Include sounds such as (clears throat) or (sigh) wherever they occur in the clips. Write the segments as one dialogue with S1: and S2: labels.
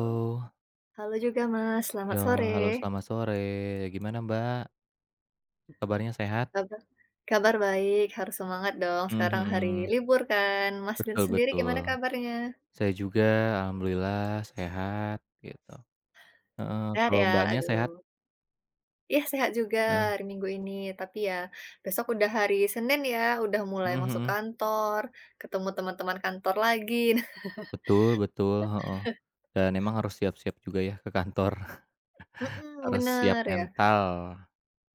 S1: Oh,
S2: Halo juga Mas, selamat
S1: ya
S2: sore.
S1: halo selamat sore, gimana Mbak, kabarnya sehat?
S2: Kabar kabar baik, harus semangat dong
S1: Mhm
S2: sekarang hari
S1: mhm,
S2: libur kan. Mas dan
S1: betul
S2: sendiri gimana
S1: betul,
S2: kabarnya?
S1: saya juga alhamdulillah sehat gitu, heeh,
S2: Sehat
S1: kalau
S2: ya?
S1: Mbaknya sehat?
S2: Aduh. Iya sehat juga
S1: Heeh,
S2: hari Minggu ini, tapi ya besok udah hari Senin ya, udah mulai
S1: mhm
S2: masuk
S1: mhm,
S2: kantor, ketemu teman-teman kantor lagi. (laughs)
S1: betul betul, heeh, dan emang harus siap-siap juga ya ke kantor, (laughs)
S2: Mhm,
S1: harus siap
S2: bener ya.
S1: mental,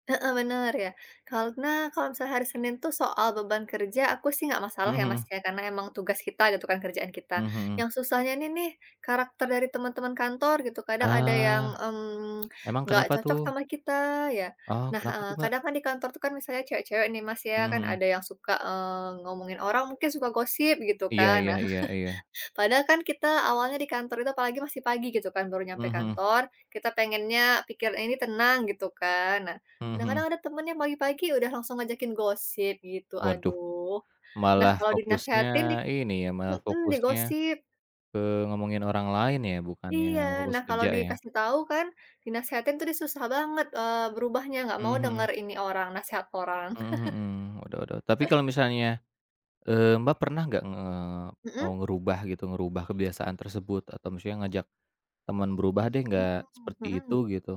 S2: Heeh, bener ya. Karena kalau misalnya hari Senin tuh soal beban kerja aku sih nggak masalah
S1: mhm
S2: ya, Mas,
S1: mhm,
S2: ya, karena emang tugas kita gitu kan, kerjaan kita.
S1: mhm mhm,
S2: Yang susahnya ini nih karakter dari teman-teman kantor gitu, kadang ada yang,
S1: ah, emang
S2: nggak
S1: kenapa
S2: cocok
S1: tuh?
S2: sama kita ya.
S1: Oh,
S2: Nah,
S1: kenapa tuh Mbak?
S2: kadang kan di kantor tuh kan misalnya cewek-cewek nih, Mas, ya,
S1: Mhm
S2: kan
S1: mhm,
S2: ada yang suka, ngomongin orang mungkin suka gosip gitu
S1: iya
S2: kan. Nah,
S1: iya iya iya,
S2: padahal kan kita awalnya di kantor itu apalagi masih pagi gitu kan, baru nyampe
S1: mhm mhm,
S2: kantor, kita pengennya pikiran ini tenang gitu kan. Nah,
S1: mhm mhm,
S2: kadang-kadang ada temen yang pagi-pagi udah langsung ngajakin gosip gitu,
S1: waduh.
S2: aduh. Nah,
S1: Malah
S2: kalau
S1: fokusnya
S2: dinasehatin di
S1: ini ya, malah
S2: mhm,
S1: fokusnya
S2: digosip.
S1: ke ngomongin orang lain ya, bukannya
S2: Iya,
S1: fokus
S2: nah kalau
S1: kerja ya?
S2: dikasih tahu kan, dinasehatin tuh dia susah banget, berubahnya, nggak
S1: Mhm
S2: mau denger
S1: mhm.
S2: ini orang, nasihat orang.
S1: Mhm mhm. Waduh waduh. Tapi kalau misalnya, Mbak pernah nggak mau
S2: Mhm.
S1: ngerubah gitu, ngerubah kebiasaan tersebut atau misalnya ngajak teman berubah deh
S2: Mmm,
S1: nggak seperti itu
S2: mhm.
S1: gitu,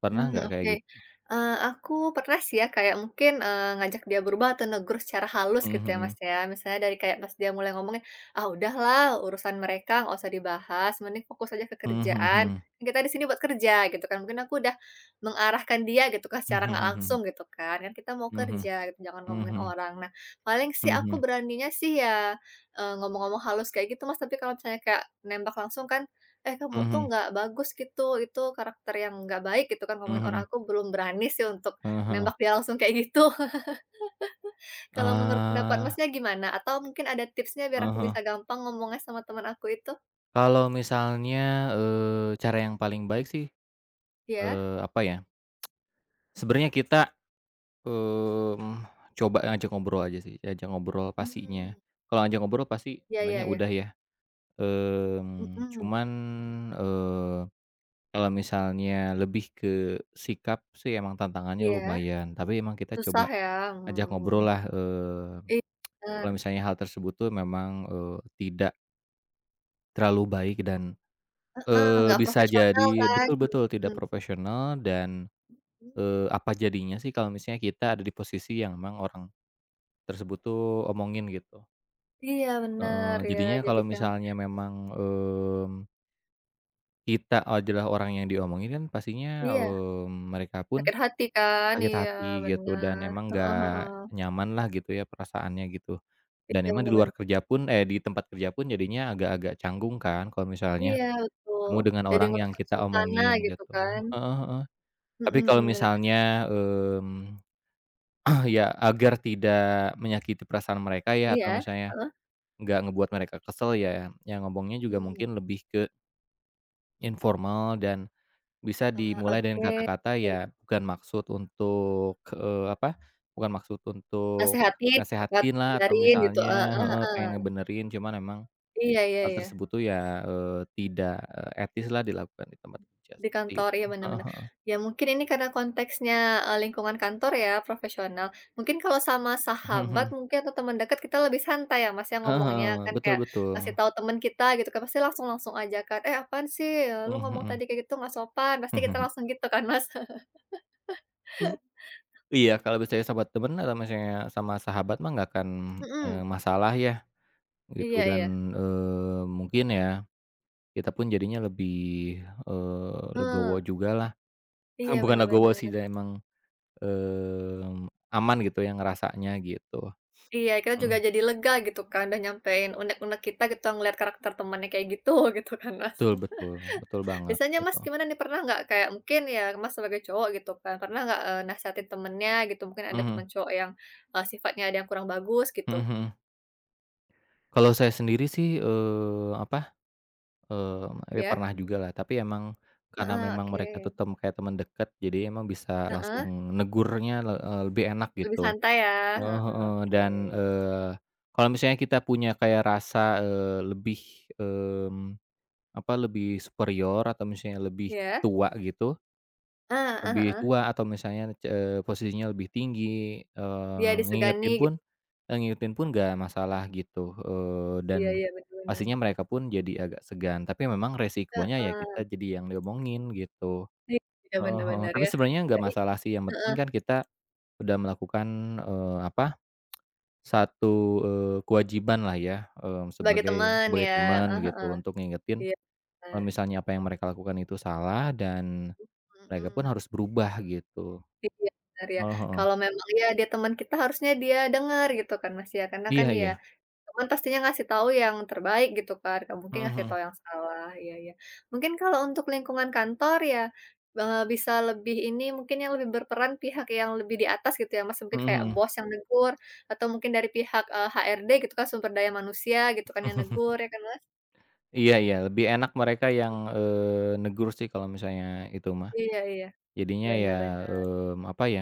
S1: pernah
S2: Mmm,
S1: nggak kayak
S2: oke.
S1: gitu?
S2: Aku pernah sih ya kayak mungkin, ngajak dia berubah atau negur secara halus gitu ya, Mas,
S1: Mhm
S2: ya. Misalnya dari kayak pas dia mulai ngomongnya, "Ah, udahlah urusan mereka nggak usah dibahas, mending fokus aja ke kerjaan,
S1: mhm.
S2: kan kita di sini buat kerja," gitu kan. Mungkin aku udah mengarahkan dia gitu kan secara
S1: Mhm
S2: nggak
S1: mhm mhm.
S2: langsung gitu kan, kan kita mau
S1: Mhm
S2: kerja gitu, jangan
S1: mhm
S2: ngomongin
S1: mhm.
S2: orang. Nah, paling sih
S1: Mhm
S2: aku
S1: mhm.
S2: beraninya sih ya, ngomong-ngomong halus kayak gitu, Mas, tapi kalau misalnya kayak nembak langsung kan eh, kamu
S1: Mhm
S2: tuh
S1: mhm.
S2: nggak bagus gitu, itu karakter yang nggak baik gitu kan
S1: Mhm mhm.
S2: ngomongin
S1: Mhm
S2: orang,
S1: mhm.
S2: aku belum berani sih untuk
S1: Heeh heeh.
S2: nembak dia langsung kayak gitu. (laughs) Kalau menurut pendapat
S1: Ah.
S2: Masnya gimana? Atau mungkin ada tipsnya biar aku bisa
S1: Heeh.
S2: gampang ngomongnya sama teman aku itu?
S1: Kalau misalnya, cara yang paling baik sih,
S2: Iya?
S1: apa ya, sebenarnya kita, mmm, coba ngajak ngobrol aja sih, ajak ngobrol pastinya. Kalau ajak ngobrol pasti
S2: Ya ya
S1: banyak
S2: ya iya,
S1: udah ya,
S2: mhm,
S1: cuman, eee, kalau misalnya lebih ke sikap sih emang tantangannya
S2: iya,
S1: lumayan, tapi emang kita
S2: susah
S1: coba
S2: ya,
S1: ajak ngobrol
S2: mmm,
S1: lah,
S2: iya bener,
S1: kalau misalnya hal tersebut tuh memang, tidak terlalu baik dan,
S2: heeh, nggak
S1: bisa
S2: profesional
S1: jadi
S2: kan,
S1: betul betul tidak
S2: mhm,
S1: profesional dan
S2: mmm,
S1: Apa jadinya sih kalau misalnya kita ada di posisi yang memang orang tersebut tuh omongin gitu.
S2: iya
S1: Heeh,
S2: benar ya,
S1: jadinya
S2: jadi
S1: kalau
S2: kan
S1: misalnya memang, kita adalah orang yang diomongin kan pastinya,
S2: iya,
S1: mereka pun
S2: sakit hati kan,
S1: sakit
S2: iya
S1: hati gitu dan
S2: benar
S1: emang
S2: heeh
S1: nggak
S2: heeh,
S1: nyaman lah gitu ya perasaannya gitu. Dan
S2: iya
S1: emang di
S2: benar
S1: luar
S2: bener.
S1: kerja pun eh, di tempat kerja pun jadinya agak-agak canggung kan kalau misalnya
S2: Iya betul,
S1: ketemu dengan
S2: jadi
S1: orang yang
S2: ngerusak
S1: kita
S2: suasana
S1: omongin
S2: gitu
S1: gitu.
S2: kan.
S1: Heeh heeh. Tapi
S2: Mhm
S1: kalau
S2: mhm, bener.
S1: misalnya, (clears throat) ya, agar tidak menyakiti perasaan mereka ya, atau
S2: Iya,
S1: misalnya
S2: heeh.
S1: nggak ngebuat mereka kesel ya, yang ngomongnya juga
S2: Mmm,
S1: mungkin lebih ke informal dan bisa dimulai dengan
S2: oke.
S1: kata-kata ya bukan maksud untuk, apa, bukan maksud untuk
S2: Nasehatin gitu kan,
S1: nasehatin lah atau
S2: ajarin gitu,
S1: misalnya
S2: heeh
S1: heeh,
S2: heeh.
S1: pengen ngebenerin, cuman memang
S2: Iya iya
S1: hal
S2: iya,
S1: tersebut tuh ya, tidak, eh, etis lah dilakukan di tempat kerja
S2: di
S1: seperti
S2: kantor,
S1: itu.
S2: iya bener
S1: Heeh
S2: bener.
S1: heeh.
S2: Ya mungkin ini karena konteksnya, lingkungan kantor ya, profesional. Mungkin kalau sama sahabat
S1: (laughs)
S2: mungkin atau teman dekat kita lebih santai ya Mas ya ngomongnya
S1: Heeh.
S2: kan
S1: Betul
S2: kayak ngasih
S1: betul.
S2: tahu teman kita gitu kan, pasti langsung langsung aja kan, "Eh apaan sih, lu ngomong
S1: Mhm
S2: tadi kayak gitu nggak sopan." Pasti kita
S1: mhm.
S2: langsung
S1: (laughs)
S2: gitu kan Mas. (laughs)
S1: Iya, kalau misalnya sama temen atau misalnya sama sahabat mah nggak akan,
S2: Mhm.
S1: masalah ya gitu
S2: Iya
S1: dan,
S2: iya,
S1: mungkin ya kita pun jadinya lebih,
S2: heeh,
S1: legowo jugalah. (laughs)
S2: iya
S1: Bukan
S2: bener
S1: legowo sih
S2: bener.
S1: dan emang, mmm, aman gitu ya ngerasanya gitu.
S2: Iya, kita juga
S1: Mhm,
S2: jadi lega gitu kan, udah nyampein unek-unek kita gitu, ngeliat karakter temannya kayak gitu, (laughs) gitu kan, Mas.
S1: betul betul, betul banget
S2: Biasanya Mas
S1: gitu.
S2: gimana nih, pernah nggak kayak mungkin ya Mas sebagai cowok gitu kan, pernah nggak, nasehatin temennya gitu, mungkin ada
S1: Mhm,
S2: teman cowok yang, sifatnya ada yang kurang bagus
S1: mhm
S2: gitu?
S1: mhm. Kalau saya sendiri sih, apa ya
S2: Ya?
S1: pernah jugalah, tapi emang karena
S2: Heeh,
S1: memang
S2: oke.
S1: mereka tuh kayak teman dekat, jadi emang bisa
S2: Heeh,
S1: langsung negurnya lebih enak
S2: lebih
S1: gitu.
S2: santai ya?
S1: Heeh
S2: Heeh,
S1: heeh,
S2: oke.
S1: dan, kalau misalnya kita punya kayak rasa, lebih, mmm, apa, lebih superior atau misalnya lebih
S2: Ya.
S1: tua gitu,
S2: Heeh heeh
S1: lebih
S2: heeh.
S1: tua atau misalnya, posisinya lebih tinggi,
S2: Dia disegani
S1: ngingetin
S2: gitu,
S1: pun ngikutin pun nggak masalah gitu,
S2: iya
S1: dan
S2: iya, bener bener.
S1: pastinya mereka pun jadi agak segan, tapi memang resikonya ya kita
S2: Heeh.
S1: jadi yang diomongin gitu.
S2: Iya,
S1: Heeh
S2: bener
S1: heeh,
S2: bener
S1: tapi
S2: ya.
S1: sebenarnya nggak
S2: Jadi
S1: masalah sih, yang penting
S2: heeh.
S1: kan kita udah melakukan, apa, satu, kewajiban lah ya,
S2: Sebagai
S1: sebagai
S2: teman
S1: sebagai
S2: ya,
S1: teman
S2: heeh heeh,
S1: gitu untuk ngingetin
S2: iya,
S1: kalau
S2: nah.
S1: misalnya apa yang mereka lakukan itu salah dan mereka pun
S2: Mhm.
S1: harus berubah gitu.
S2: Iya, benar ya,
S1: Heeh heeh.
S2: kalau memang ya dia teman kita harusnya dia dengar gitu kan Mas ya, karena kan
S1: Iya
S2: ya,
S1: iya.
S2: teman pastinya ngasih tahu yang terbaik gitu kan, nggak mungkin
S1: Mhm
S2: ngasih tahu
S1: mhm.
S2: yang salah, iya iya. Mungkin kalau untuk lingkungan kantor ya, bisa lebih ini, mungkin yang lebih berperan pihak yang lebih di atas gitu ya Mas, mungkin
S1: Mhm
S2: kayak
S1: mhm.
S2: bos yang negur, atau mungkin dari pihak, HRD gitu kan, sumber daya manusia gitu kan yang negur ya kan Mas?
S1: Iya iya, lebih enak mereka yang, negur sih kalau misalnya itu mah.
S2: Iya iya,
S1: Jadinya ya,
S2: bener bener.
S1: apa ya,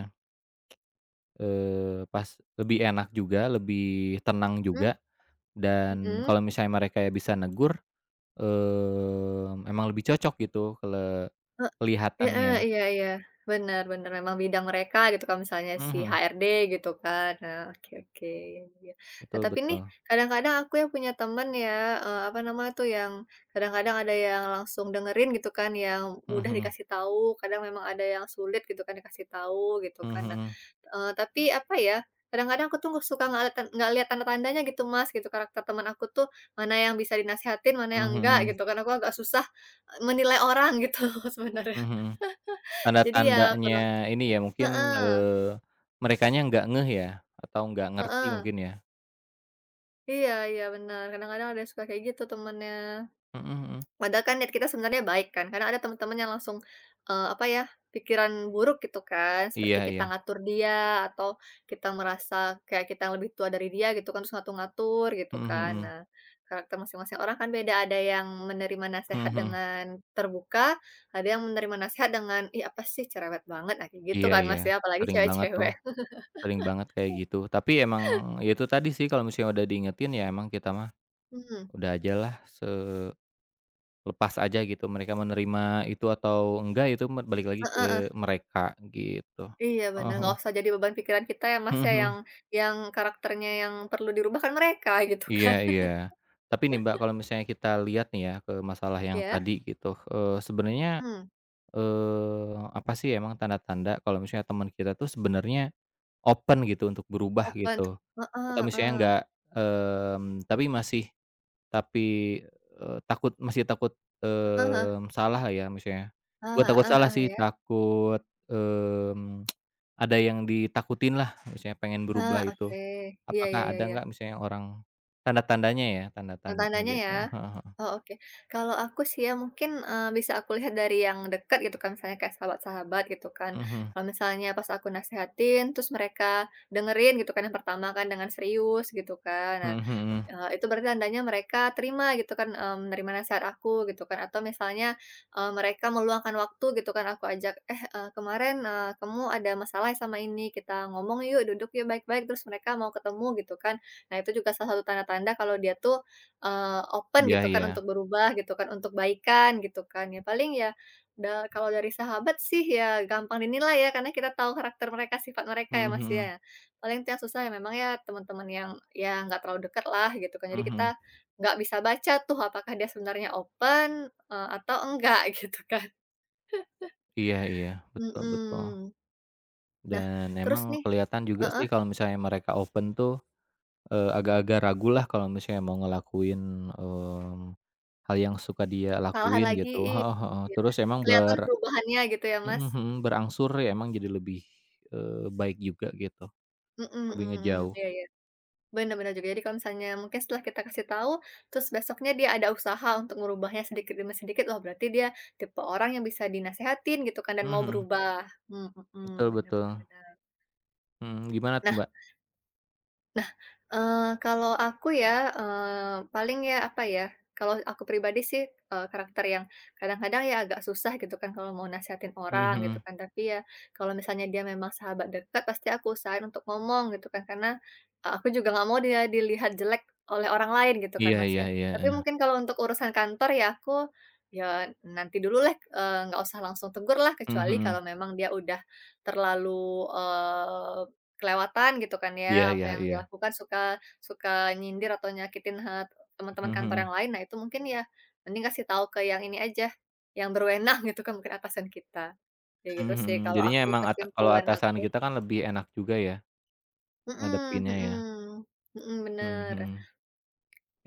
S1: pas lebih enak juga, lebih tenang
S2: Mhm?
S1: juga,
S2: Mhm?
S1: dan
S2: Heeh.
S1: kalau misalnya mereka ya bisa negur, emang lebih cocok gitu
S2: Heeh,
S1: kelihatannya.
S2: iya iya. Bener bener, memang bidang mereka gitu kan, misalnya si
S1: Mhm,
S2: HRD gitu kan. Nah, oke oke, iya iya. Nah,
S1: betul
S2: tapi nih
S1: betul.
S2: kadang-kadang aku ya punya temen ya, apa namanya tuh, yang kadang-kadang ada yang langsung dengerin gitu kan, yang mudah
S1: Mhm,
S2: dikasih tahu, kadang memang ada yang sulit gitu kan dikasih tahu gitu kan.
S1: mhm
S2: Nah,
S1: mhm,
S2: tapi apa ya, kadang-kadang aku tuh suka nggak lihat tanda-tandanya gitu, Mas, gitu. Karakter teman aku tuh mana yang bisa dinasihatin, mana yang
S1: mhm
S2: enggak
S1: mhm,
S2: gitu kan. Aku agak susah menilai orang gitu (laughs) sebenarnya.
S1: mhm mhm.
S2: Jadi ya kurang
S1: Tanda-tandanya ini ya mungkin,
S2: heeh
S1: eee, merekanya nggak ngeh ya, atau nggak ngerti
S2: heeh,
S1: mungkin ya.
S2: iya iya bener, kadang-kadang ada suka kayak gitu temennya.
S1: Mhm mhm.
S2: Padahal kan niat kita sebenarnya baik kan, kadang ada temen-temen yang langsung, apa ya, pikiran buruk gitu kan, seperti
S1: Iya
S2: kita
S1: iya.
S2: ngatur dia atau kita merasa kayak kita yang lebih tua dari dia gitu kan, terus ngatur-ngatur gitu
S1: Mhm
S2: kan.
S1: mhm.
S2: Nah, karakter masing-masing orang kan beda, ada yang menerima
S1: Mhm
S2: nasehat
S1: mhm.
S2: dengan terbuka, ada yang menerima nasehat dengan, "Ih apa sih cerewet banget," nah kayak gitu
S1: Iya
S2: kan
S1: iya,
S2: Mas ya, apalagi
S1: sering banget tuh,
S2: cewek-cewek.
S1: sering banget kayak gitu. Tapi emang ya itu tadi sih kalau misalnya udah diingetin ya emang kita mah
S2: Mhm,
S1: udah ajalah lepas aja gitu mereka menerima itu atau enggak itu balik lagi ke
S2: heeh.
S1: mereka gitu.
S2: Iya benar, nggak
S1: Heeh.
S2: usah jadi beban pikiran kita ya, Mas,
S1: Mhm
S2: ya,
S1: mhm.
S2: yang karakternya yang perlu dirubah kan mereka gitu
S1: Iya
S2: kan.
S1: iya.
S2: (laughs)
S1: Tapi nih Mbak kalau misalnya kita lihat nih ya ke masalah yang
S2: Ya,
S1: tadi gitu, sebenarnya,
S2: mhm,
S1: apa sih emang tanda-tanda kalau misalnya teman kita tuh sebenarnya open gitu untuk berubah
S2: open tuh
S1: gitu, atau
S2: heeh
S1: misalnya
S2: heeh,
S1: nggak, tapi masih tapi, takut masih takut,
S2: heeh heeh,
S1: salah lah ya misalnya, bukan
S2: ah
S1: takut
S2: ah
S1: salah
S2: heeh,
S1: sih,
S2: ya,
S1: takut, mmm, ada yang ditakutin lah misalnya pengen
S2: ah
S1: berubah itu,
S2: oke. Iya
S1: apakah
S2: iya iya
S1: ada
S2: iya,
S1: nggak misalnya orang tanda-tandanya ya,
S2: tanda
S1: tanda-tandanya gitu?
S2: ya.
S1: Heeh heeh.
S2: Oh, oke. Kalau aku sih ya mungkin, bisa aku lihat dari yang dekat gitu kan, misalnya kayak sahabat-sahabat gitu kan.
S1: Mhm,
S2: Kalau misalnya pas aku nasehatin terus mereka dengerin gitu kan yang pertama kan dengan serius gitu kan. Nah,
S1: mhm mhm.
S2: Itu berarti tandanya mereka terima gitu kan, menerima nasihat aku gitu kan atau misalnya, mereka meluangkan waktu gitu kan aku ajak, "Eh, kemarin, kamu ada masalah sama ini, kita ngomong yuk, duduk yuk baik-baik," terus mereka mau ketemu gitu kan. Nah itu juga salah satu tanda-tanda kalau dia tuh, open
S1: Iya
S2: gitu kan
S1: iya.
S2: untuk berubah gitu kan, untuk baikan gitu kan. Ya paling ya da kalau dari sahabat sih ya gampang dinilai ya karena kita tahu karakter mereka, sifat mereka
S1: Mhm
S2: ya, Mas,
S1: mhm,
S2: ya. Paling tuh yang susah ya memang ya teman-teman yang, ya nggak terlalu dekat lah gitu kan. Jadi
S1: mhm.
S2: kita
S1: Mhm.
S2: nggak bisa baca tuh apakah dia sebenarnya open, atau enggak (laughs) gitu kan.
S1: Iya iya, betul betul.
S2: Mhm. Nah
S1: Dan
S2: terus
S1: emang
S2: nih
S1: kelihatan juga
S2: heeh,
S1: sih kalau misalnya mereka open tuh, agak-agak ragu lah kalau misalnya mau ngelakuin, mmm, hal yang suka dia
S2: salahan
S1: lakuin
S2: lagi
S1: gitu
S2: iya
S1: heeh heeh,
S2: iya.
S1: terus emang
S2: Kelihatan perubahannya gitu ya Mas.
S1: mhm mhm, berangsur ya emang jadi lebih, baik juga gitu,
S2: Mhm
S1: lebih
S2: mhm,
S1: ngejauh.
S2: iya iya, benar-benar juga. Jadi kalau misalnya mungkin setelah kita kasih tahu, terus besoknya dia ada usaha untuk merubahnya sedikit demi sedikit, wah berarti dia tipe orang yang bisa dinasehatin gitu kan dan
S1: Mhm
S2: mau
S1: mhm,
S2: berubah. Mhm,
S1: betul
S2: bener
S1: betul,
S2: benar bener.
S1: mhm, gimana tuh, Mbak?
S2: Nah, kalau aku ya, paling ya, apa ya, kalau aku pribadi sih, karakter yang kadang-kadang ya agak susah gitu kan kalau mau nasehatin
S1: Mhm
S2: orang gitu
S1: mhm,
S2: kan, tapi ya kalau misalnya dia memang sahabat dekat pasti aku usahain untuk ngomong gitu kan, karena, aku juga nggak mau dia dilihat jelek oleh orang lain gitu kan,
S1: iya
S2: Mas,
S1: iya
S2: ya.
S1: iya,
S2: Tapi
S1: heeh,
S2: mungkin kalau untuk urusan kantor ya aku, ya nanti dululah, nggak usah langsung tegurlah,
S1: mhm
S2: kecuali kalau
S1: mhm,
S2: memang dia udah terlalu, eee, kelewatan gitu kan
S1: iya
S2: ya, apa
S1: iya
S2: yang
S1: iya,
S2: dia lakukan suka suka nyindir atau nyakitin, hat teman-teman kantor
S1: mhm
S2: yang lain. Nah itu mungkin ya mending kasih tahu ke yang ini aja, yang berwenang gitu kan mungkin atasan kita. Ya
S1: mhm,
S2: gitu
S1: mhm
S2: sih
S1: mhm,
S2: kalau
S1: jadinya
S2: aku
S1: emang kalau
S2: kesimpulan
S1: atasan
S2: aku.
S1: kita kan lebih enak juga ya
S2: Mhm
S1: ngadepinnya ya,
S2: mhm, mhm,
S1: mhm
S2: bener.
S1: mhm,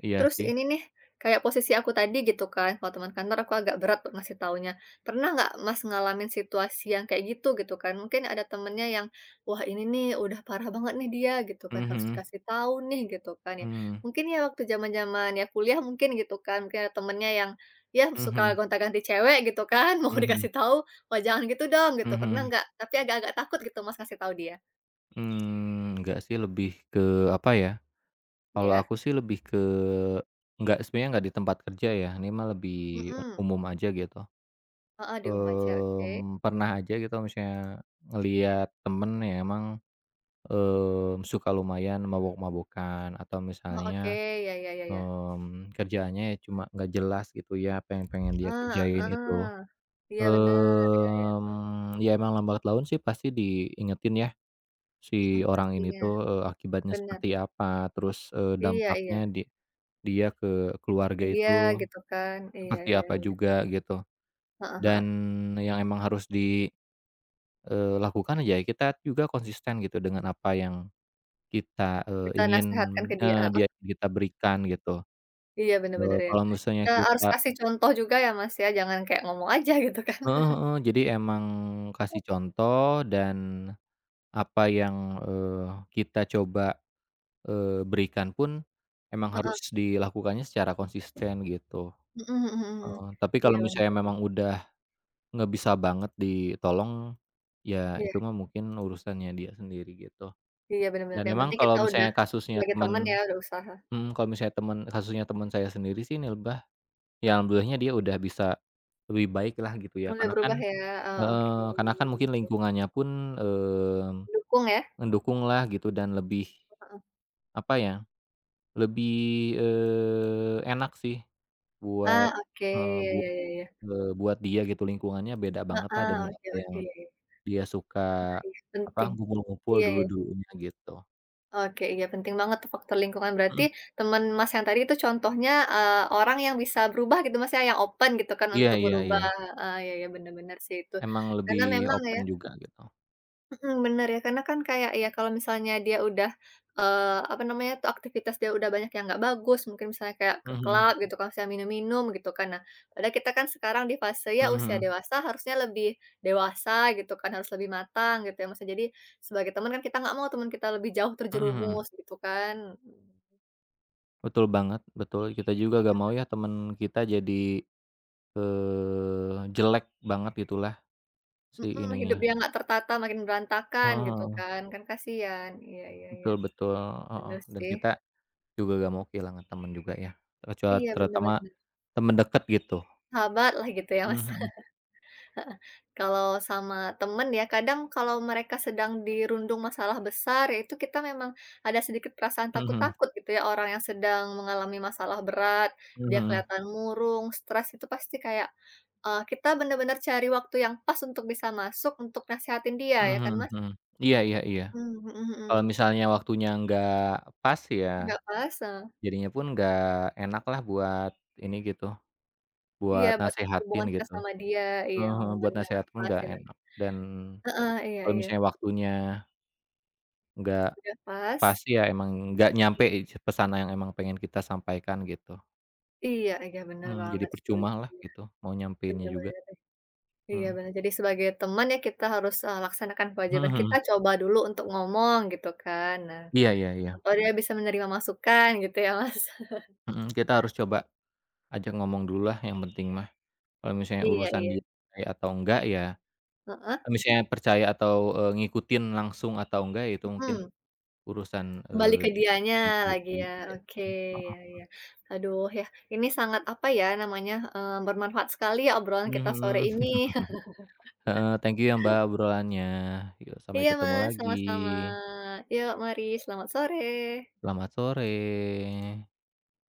S1: iya
S2: Terus
S1: sih.
S2: ini nih, kayak posisi aku tadi gitu kan, kalau teman kantor aku agak berat buat ngasih taunya. Pernah nggak Mas ngalamin situasi yang kayak gitu, gitu kan? Mungkin ada temennya yang, wah ini nih udah parah banget nih dia gitu kan, harus
S1: Mhm
S2: dikasih tahu nih gitu kan ya.
S1: mhm
S2: Mungkin ya waktu zaman-zaman ya kuliah mungkin gitu kan, mungkin ada temennya yang ya suka
S1: mhm
S2: gonta-ganti cewek gitu kan, (laughs) mau
S1: mhm
S2: dikasih tahu, wah jangan gitu dong gitu, pernah
S1: mhm,
S2: nggak? Tapi agak-agak takut gitu Mas ngasih tahu dia.
S1: enggak sih lebih ke apa ya, kalau
S2: Ya?
S1: aku sih lebih ke enggak sebenarnya enggak di tempat kerja ya, ini mah lebih eh,
S2: Mm-mm.
S1: umum aja gitu.
S2: Ah heeh, di rumah aja, oke.
S1: Pernah aja gitu misalnya ngelihat temen yang emang, suka lumayan mabok-mabokan atau
S2: Oh oke,
S1: misalnya,
S2: ya ya ya ya.
S1: kerjaannya ya cuma nggak jelas gitu ya apa yang pengen dia kerjain itu,
S2: Heeh. Iya bener, iya iya.
S1: ya emang lambat laun sih pasti diingetin ya si
S2: Mhm,
S1: orang ini
S2: pastinya.
S1: tuh, akibatnya
S2: Bener.
S1: seperti apa, terus,
S2: Iya
S1: dampaknya
S2: iya.
S1: di dia ke keluarga
S2: Ke dia
S1: itu
S2: gitu kan. Iya
S1: seperti
S2: iya
S1: apa
S2: iya.
S1: juga gitu.
S2: Heeh heeh.
S1: Dan yang emang harus di, lakukan aja kita juga konsisten gitu dengan apa yang kita,
S2: Kita
S1: ingin
S2: nasehatkan ke dia, heeh.
S1: dia kita berikan gitu.
S2: Iya bener
S1: Eee,
S2: bener ya.
S1: kalau misalnya
S2: Kita harus
S1: kita
S2: kasih contoh juga ya, Mas, ya, jangan kayak ngomong aja (laughs) gitu kan.
S1: heeh heeh, jadi emang kasih contoh dan apa yang, eee, kita coba berikan pun emang
S2: Heeh.
S1: harus dilakukannya secara konsisten gitu,
S2: Mhm mhm mhm.
S1: heeh, tapi kalau
S2: Iya
S1: misalnya
S2: bener.
S1: memang udah nggak bisa banget ditolong, ya
S2: Iya
S1: itu mah mungkin urusannya dia sendiri gitu.
S2: iya bener bener.
S1: Dan
S2: Yang
S1: emang
S2: penting kita
S1: kalau
S2: udah
S1: misalnya kasusnya
S2: sebagai teman ya,
S1: teman
S2: udah usaha.
S1: mhm, kalau misalnya teman kasusnya teman saya sendiri sih Nilbah, ya alhamdulillahnya dia udah bisa lebih baik lah gitu ya
S2: Mulai
S1: karena kan
S2: berubah ya, oke.
S1: heeh, karena kan mungkin lingkungannya pun, eee,
S2: Dukung ya?
S1: mendukung lah gitu dan lebih
S2: Heeh.
S1: apa ya, lebih, enak sih.
S2: Ah,
S1: Buat
S2: oke.
S1: eee,
S2: Iya iya
S1: buat
S2: iya iya.
S1: buat dia gitu lingkungannya beda banget lah
S2: Heeh,
S1: dengan
S2: oke
S1: apa yang
S2: oke.
S1: dia suka,
S2: Iya, iya,
S1: apa,
S2: penting.
S1: ngumpul-ngumpul
S2: Iya iya.
S1: dulu-dulunya gitu.
S2: Oke, iya penting banget tuh faktor lingkungan. Berarti
S1: Mhm,
S2: teman Mas yang tadi itu contohnya, orang yang bisa berubah gitu Mas ya, yang open gitu kan
S1: iya
S2: untuk
S1: iya
S2: berubah
S1: iya,
S2: heeh, ya iya benar bener sih itu.
S1: emang
S2: Karena
S1: lebih
S2: memang ya
S1: open juga gitu.
S2: mhm, bener ya, karena kan kayak ya kalau misalnya dia udah, apa namanya tuh, aktivitas dia udah banyak yang nggak bagus, mungkin misalnya kayak ke
S1: Mhm
S2: klub gitu, kalau misalnya minum-minum gitu kan. Nah, padahal kita kan sekarang di fase ya
S1: mhm
S2: usia
S1: mhm
S2: dewasa harusnya lebih dewasa gitu kan, harus lebih matang gitu ya, maksudnya jadi sebagai teman kan kita nggak mau teman kita lebih jauh
S1: mhm mhm.
S2: terjerumus gitu kan.
S1: Betul banget, betul, kita juga gak mau ya temen kita jadi, jelek banget gitulah si
S2: Mhm, hidup
S1: ininya.
S2: dia nggak tertata makin berantakan gitu
S1: Heeh,
S2: kan, kan kasihan. Iya iya iya,
S1: betul betul, heeh,
S2: bener
S1: dan
S2: sih.
S1: kita juga gak mau kehilangan temen juga ya,
S2: Iya, bener
S1: terutama
S2: bener.
S1: temen deket gitu.
S2: Sahabat lah gitu ya,
S1: Mhm
S2: Mas.
S1: mhm.
S2: Heeh. Kalau sama temen ya kadang kalau mereka sedang dirundung masalah besar ya itu kita memang ada sedikit perasaan
S1: Mhm
S2: takut-takut gitu ya, orang yang sedang mengalami masalah berat, dia
S1: mhm
S2: kelihatan murung, stres itu pasti kayak, kita bener-bener cari waktu yang pas untuk bisa masuk untuk nasehatin dia ya
S1: mhm
S2: kan, Mas?
S1: mhm. Iya iya iya.
S2: Mmm, mhm
S1: Kalau
S2: mhm.
S1: misalnya waktunya nggak pas ya,
S2: Nggak pas, heeh.
S1: jadinya pun nggak enak lah buat ini gitu,
S2: Iya
S1: buat
S2: buat
S1: nasehatin
S2: hubungan kita
S1: gitu.
S2: sama dia, iya
S1: Heeh, buat
S2: momennya nggak
S1: nasehat pun
S2: pas
S1: nggak
S2: ya bener.
S1: enak dan
S2: Ah iya
S1: kalau
S2: iya.
S1: misalnya waktunya nggak
S2: Udah pas.
S1: pas ya emang nggak nyampe
S2: Iya
S1: pesan yang emang pengen kita sampaikan gitu.
S2: iya iya bener
S1: Jadi
S2: banget,
S1: percuma
S2: setuju
S1: lah
S2: ya,
S1: gitu mau nyampeinnya
S2: bener
S1: juga.
S2: bener. Iya
S1: Mhm.
S2: benar jadi sebagai teman ya kita harus, laksanakan
S1: Mhm
S2: kewajiban
S1: mhm.
S2: kita, coba dulu untuk ngomong gitu kan. Nah,
S1: Iya iya iya.
S2: siapa tahu dia bisa menerima masukan gitu ya, Mas. (laughs)
S1: Mhm, kita harus coba ajak ngomong dulu lah yang penting mah. Kalau misalnya
S2: Iya
S1: urusan dia
S2: iya,
S1: percaya atau enggak ya
S2: heeh,
S1: kalau misalnya percaya atau, ngikutin langsung atau enggak ya itu mungkin
S2: mhm,
S1: urusan,
S2: kembali ke
S1: dia
S2: dianya
S1: sendiri
S2: lagi ya,
S1: gitu ya,
S2: oke,
S1: heeh,
S2: iya iya. Aduh ya, ini sangat apa ya namanya, bermanfaat sekali ya obrolan kita sore ini.
S1: mhm,
S2: (laughs)
S1: heeh, thank you ya Mbak obrolannya, yuk sampai
S2: Iya
S1: ketemu
S2: Mas,
S1: lagi,
S2: sama-sama. Yuk mari, selamat sore.
S1: selamat sore.